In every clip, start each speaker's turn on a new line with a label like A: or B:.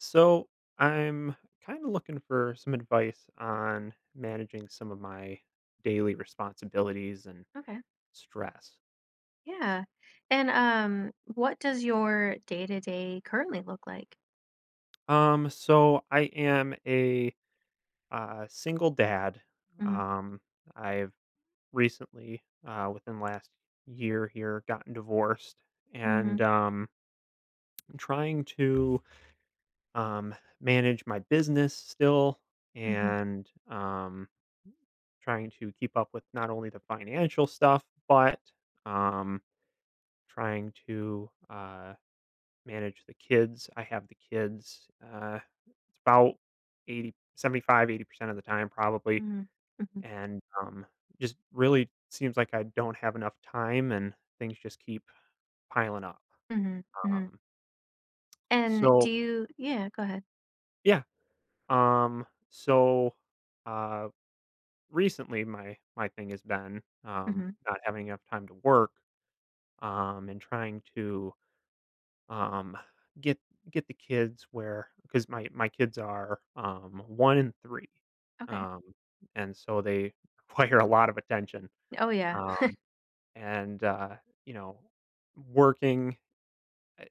A: So I'm kind of looking for some advice on managing some of my daily responsibilities and
B: Okay.
A: stress.
B: Yeah. And what does your day-to-day currently look like?
A: So I am a single dad.
B: Mhm.
A: Um, I've recently, within the last year here, gotten divorced, and
B: Mhm.
A: um, I'm trying to, um, manage my business still,
B: Mhm.
A: and trying to keep up with not only the financial stuff, but, um, trying to, manage the kids. I have the kids, it's about 80, 75, 80% of the time probably,
B: Mhm. Mhm.
A: and just really seems like I don't have enough time and things just keep piling up,
B: Mhm. Mhm.
A: um,
B: And
A: so
B: do you go ahead.
A: yeah, so, uh, recently my thing has been,
B: Mhm.
A: not having enough time to work, and trying to, um, get get the kids where, because my kids are one and three,
B: Okay.
A: um, and so they require a lot of attention.
B: Oh yeah.
A: Um, and you know, working, uh,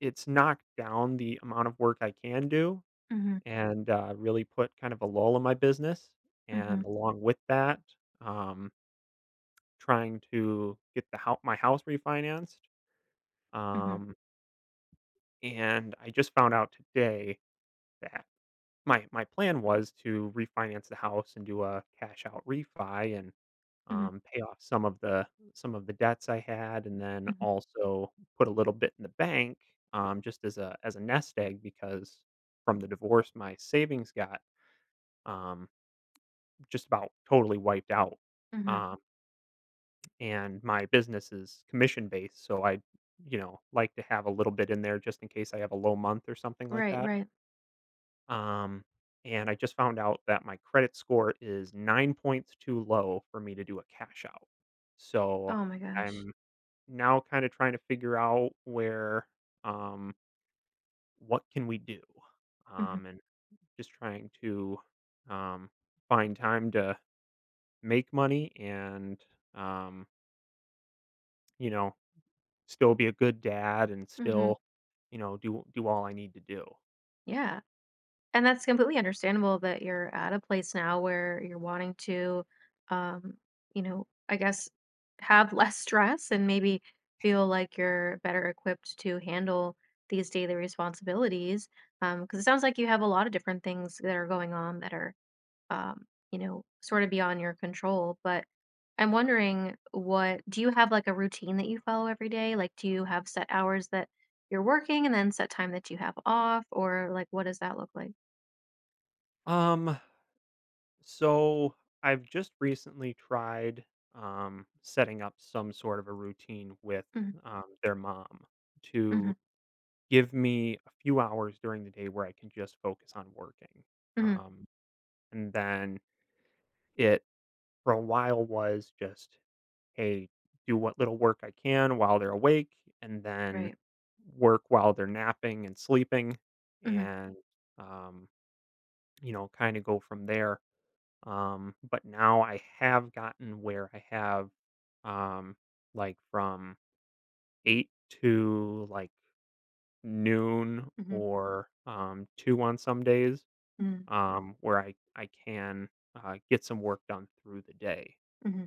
A: it's knocked down the amount of work I can do,
B: Mhm.
A: and really put kind of a lull in my business.
B: Mhm.
A: And along with that, um, trying to get the house my house refinanced.
B: Mhm.
A: Um, and I just found out today my plan was to refinance the house and do a cash out refi, and
B: Mhm.
A: um, pay off some of the debts I had, and then
B: Mhm.
A: also put a little bit in the bank, just as a nest egg because from the divorce my savings got, um, just about totally wiped out,
B: Mhm.
A: um, and my business is commission based, so I like to have a little bit in there just in case I have a low month or something like
B: Right,
A: that.
B: right.
A: Um, and I just found out that my credit score is 9 points too low for me to do a cash out. So
B: Oh my gosh.
A: I'm now kind of trying to figure out where, um, what can we do?
B: Mhm.
A: And just trying to, um, find time to make money and, um, you know, still be a good dad and
B: Mhm.
A: still, do all I need to do.
B: Yeah. And that's completely understandable that you're at a place now where you're wanting to, um, you know, I guess have less stress and maybe feel like you're better equipped to handle these daily responsibilities. Because it sounds like you have a lot of different things that are going on that are, um, you know, sort of beyond your control. But I'm wondering, what do you have like a routine that you follow every day? Like, do you have set hours that you're working and then set time that you have off? Or like, what does that look like?
A: Um, So I've just recently tried, setting up some sort of a routine with,
B: Mhm,
A: their mom
B: mhm,
A: to give me a few hours during the day where I can just focus on working.
B: mhm,
A: Um, and then it, for a while, was just, hey, do what little work I can while they're awake, and then
B: right.
A: work while they're napping and sleeping,
B: Mhm,
A: and, um, kind of go from there. But now I have gotten where I have, um like, from 8 to, like, noon
B: mhm,
A: or, 2 on some days,
B: mhm,
A: where I can, get some work done through the day.
B: mhm.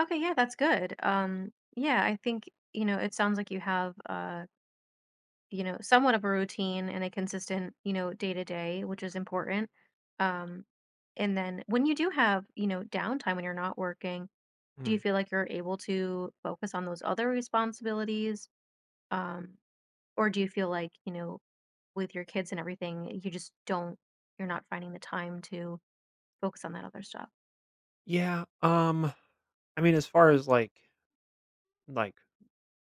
B: Okay, yeah, that's good. Yeah, I think, you know, it sounds like you have, you know, somewhat of a routine and a consistent, you know, day to day, which is important. Um, and then when you do have, you know, downtime when you're not working, do
A: Mm.
B: you feel like you're able to focus on those other responsibilities? Um, or do you feel like, you know, with your kids and everything, you just don't, you're not finding the time to focus on that other stuff?
A: Yeah, I mean, as far as, like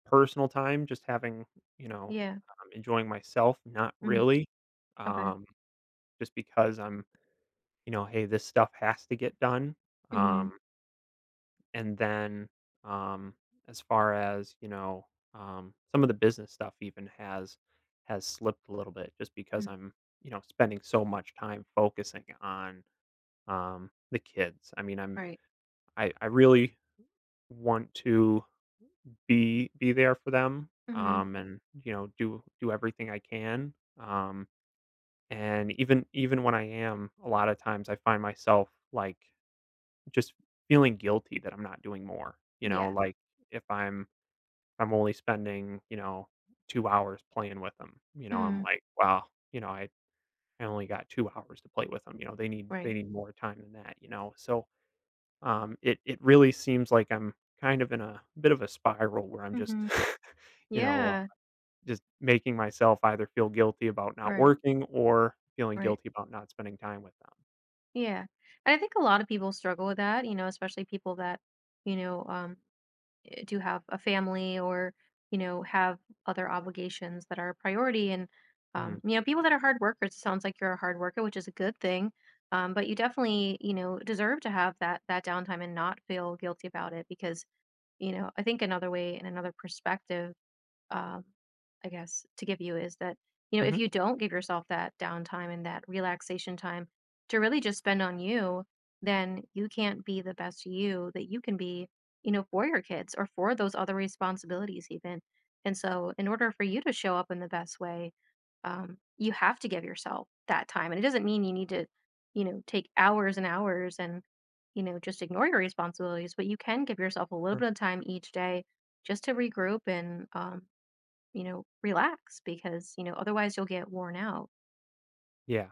A: personal time, just having, you know,
B: Yeah.
A: enjoying myself, not
B: Mhm.
A: really.
B: Okay.
A: um just because I'm, you know, hey, this stuff has to get done.
B: Mhm.
A: Um And then, um, as far as, you know, some of the business stuff even has slipped a little bit, just because
B: Mm.
A: I'm, you know, spending so much time focusing on, the kids. I mean, I'm
B: Right.
A: I I really want to be there for them,
B: Mhm.
A: and, you know, do everything I can. Um, and even when I am, a lot of times I find myself, like, just feeling guilty that I'm not doing more, you know?
B: Yeah.
A: Like, if I'm only spending, you know, 2 hours playing with them, you know, I'm
B: Mhm.
A: like, "Wow," you know, "I only got 2 hours to play with them," you know, they need they
B: Right.
A: need more time than that, you know, so, it really seems like I'm kind of in a bit of a spiral where I'm just,
B: Mhm.
A: you know,
B: Yeah.
A: just making myself either feel guilty about not
B: Right.
A: working or feeling
B: Right.
A: guilty about not spending time with them.
B: Yeah. And I think a lot of people struggle with that, you know, especially people that, you know, um do have a family, or you know, have other obligations that are a priority, and
A: Mhm.
B: you know, people that are hard workers. It sounds like you're a hard worker, which is a good thing. Um, but you definitely, you know, deserve to have that downtime and not feel guilty about it. Because, you know, I think another way and another perspective, um, I guess, to give you is that, you know, if
A: Mhm.
B: you don't give yourself that downtime and that relaxation time to really just spend on you, then you can't be the best you that you can be, you know, for your kids or for those other responsibilities, even. And so, in order for you to show up in the best way, you have to give yourself that time. And it doesn't mean you need to, you know, take hours and hours and, you know, just ignore your responsibilities, but you can give yourself a little
A: Er,
B: bit of time each day just to regroup and you know, relax, because, you know, otherwise you'll get worn out.
A: yeah,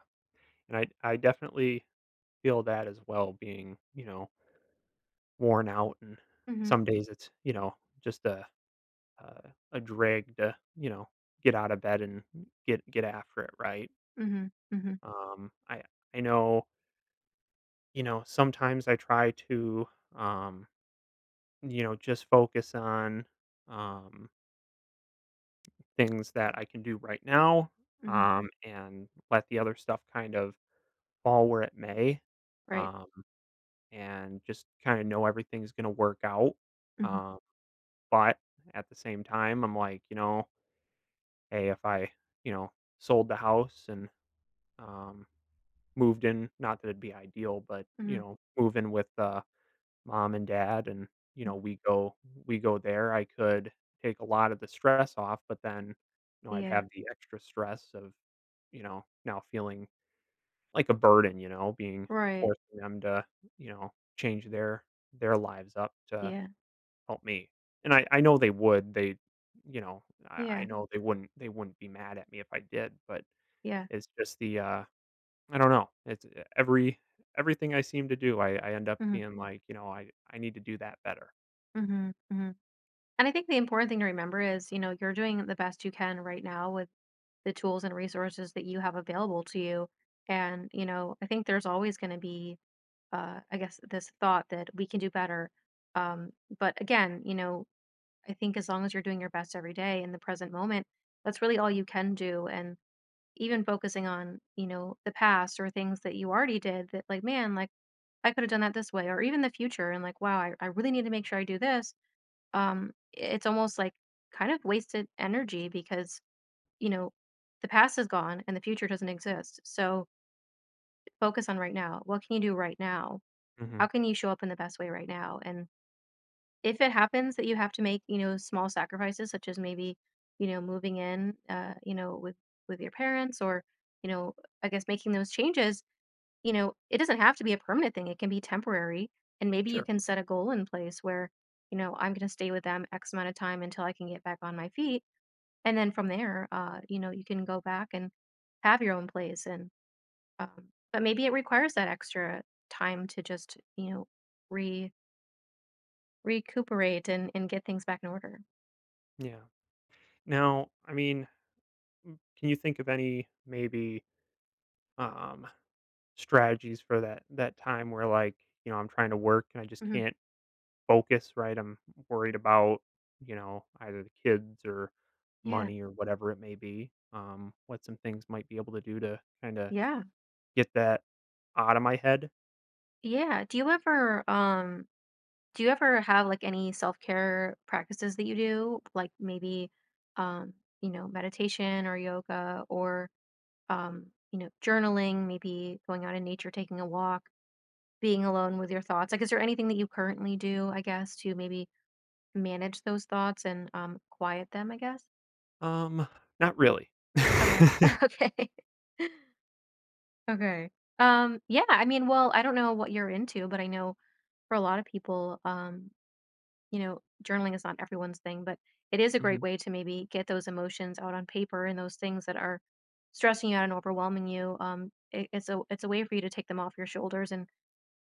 A: and I definitely feel that as well, being, you know, worn out, and
B: Mhm.
A: some days it's, you know, just a a drag to, you know, get out of bed and get after it, right?
B: Mhm. Mhm.
A: Um, I I know, you know, sometimes I try to, um, you know, just focus on, um, things that I can do right now,
B: Mhm.
A: and let the other stuff kind of fall where it may,
B: Right.
A: um, and just kinda know everything's gonna work out,
B: Mhm.
A: um, but at the same time, I'm like, you know, hey, if I, you know, sold the house and, um, moved in, not that it'd be ideal, but you
B: Mhm.
A: know, move in with, mom and dad, and you know,
B: Mhm.
A: we go there. I could take a lot of the stress off, but then, you know, I'd
B: Yeah.
A: have the extra stress of, now feeling like a burden, you know, being,
B: Right.
A: forcing them to, you know change their lives up to
B: Yeah.
A: help me. And I know they would they you know I
B: Yeah.
A: know they wouldn't be mad at me if I did, but
B: Yeah.
A: it's just the, I don't know, it's everything I seem to do, I end up
B: Mhm.
A: being, Mhm, like, you know, I need to do that better.
B: Mhm. Mhm. And I think the important thing to remember is, you know, you're doing the best you can right now with the tools and resources that you have available to you. And, you know, I think there's always going to be, I guess, this thought that we can do better. Um, but again, you know, I think as long as you're doing your best every day in the present moment, that's really all you can do. And even focusing on, you know, the past or things that you already did that, like, man, like I could have done that this way, or even the future, and like, wow, I really need to make sure I do this. It's almost like kind of wasted energy because, you know, the past is gone and the future doesn't exist. So focus on right now. What can you do right now? How
A: Mhm.
B: can you show up in the best way right now? And if it happens that you have to make, you know, small sacrifices, such as maybe, you know, moving in, you know, with your parents, or you know, I guess making those changes, you know, it doesn't have to be a permanent thing. It can be temporary, and maybe you
A: Sure.
B: can set a goal in place where, you know, I'm going to stay with them X amount of time until I can get back on my feet, and then from there, you know, you can go back and have your own place, and but maybe it requires that extra time to just, you know, re recuperate and get things back in order.
A: Yeah. Now, I mean, can you think of any, maybe, um, strategies for that time where, like, you know, I'm trying to work and I just
B: Mhm.
A: can't focus, right? I'm worried about, you know, either the kids or
B: Yeah.
A: money or whatever it may be. What some things might be able to do to kinda
B: Yeah.
A: get that out of my head?
B: Yeah. Do you ever have like any self-care practices that you do? Like maybe um, you know, meditation or yoga, or um, you know, journaling, maybe going out in nature, taking a walk, being alone with your thoughts. Like, is there anything that you currently do, I guess, to maybe manage those thoughts and quiet them, I guess?
A: Um, Not really.
B: Okay. Okay. Okay. Yeah, I mean, well, I don't know what you're into, but I know for a lot of people, you know, journaling is not everyone's thing, but it is a great
A: Mhm,
B: way to maybe get those emotions out on paper and those things that are stressing you out and overwhelming you. It's a way for you to take them off your shoulders and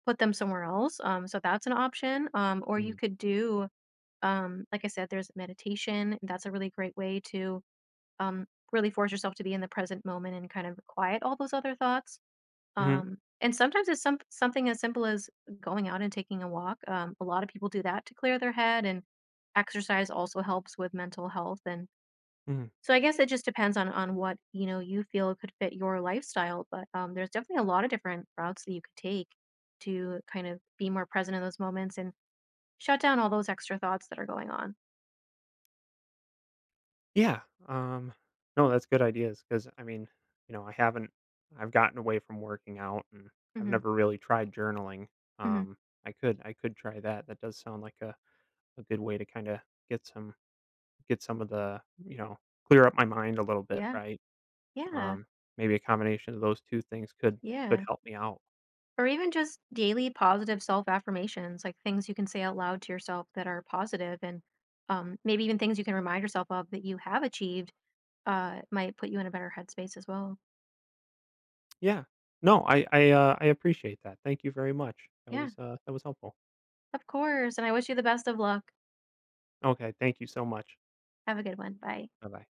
B: put them somewhere else. So that's an option. Or you
A: mhm,
B: could do, like I said, there's meditation. And that's a really great way to um, really force yourself to be in the present moment and kind of quiet all those other thoughts.
A: mhm,
B: And sometimes it's something as simple as going out and taking a walk. A lot of people do that to clear their head, and exercise also helps with mental health. And
A: mhm.
B: so I guess it just depends on what you know you feel could fit your lifestyle. But there's definitely a lot of different routes that you could take to kind of be more present in those moments and shut down all those extra thoughts that are going on.
A: Yeah, um, no, that's good ideas. Cause I mean, you know, I haven't I've gotten away from working out, and I've
B: Hmm.
A: never really tried journaling.
B: Hmm.
A: Um, I could try that. That does sound like a good way to kinda get some get some of the you know, clear up my mind a little bit,
B: Yeah,
A: right?
B: yeah,
A: Um, Maybe a combination of those 2 things could
B: yeah.
A: help me out.
B: Or even just daily positive self affirmations, like things you can say out loud to yourself that are positive, and maybe even things you can remind yourself of that you have achieved might put you in a better headspace as well.
A: Yeah. No, I appreciate that. Thank you very much.
B: Yeah,
A: That was helpful.
B: of course. And I wish you the best of luck.
A: Okay, thank you so much.
B: Have a good one. Bye.
A: Bye-bye.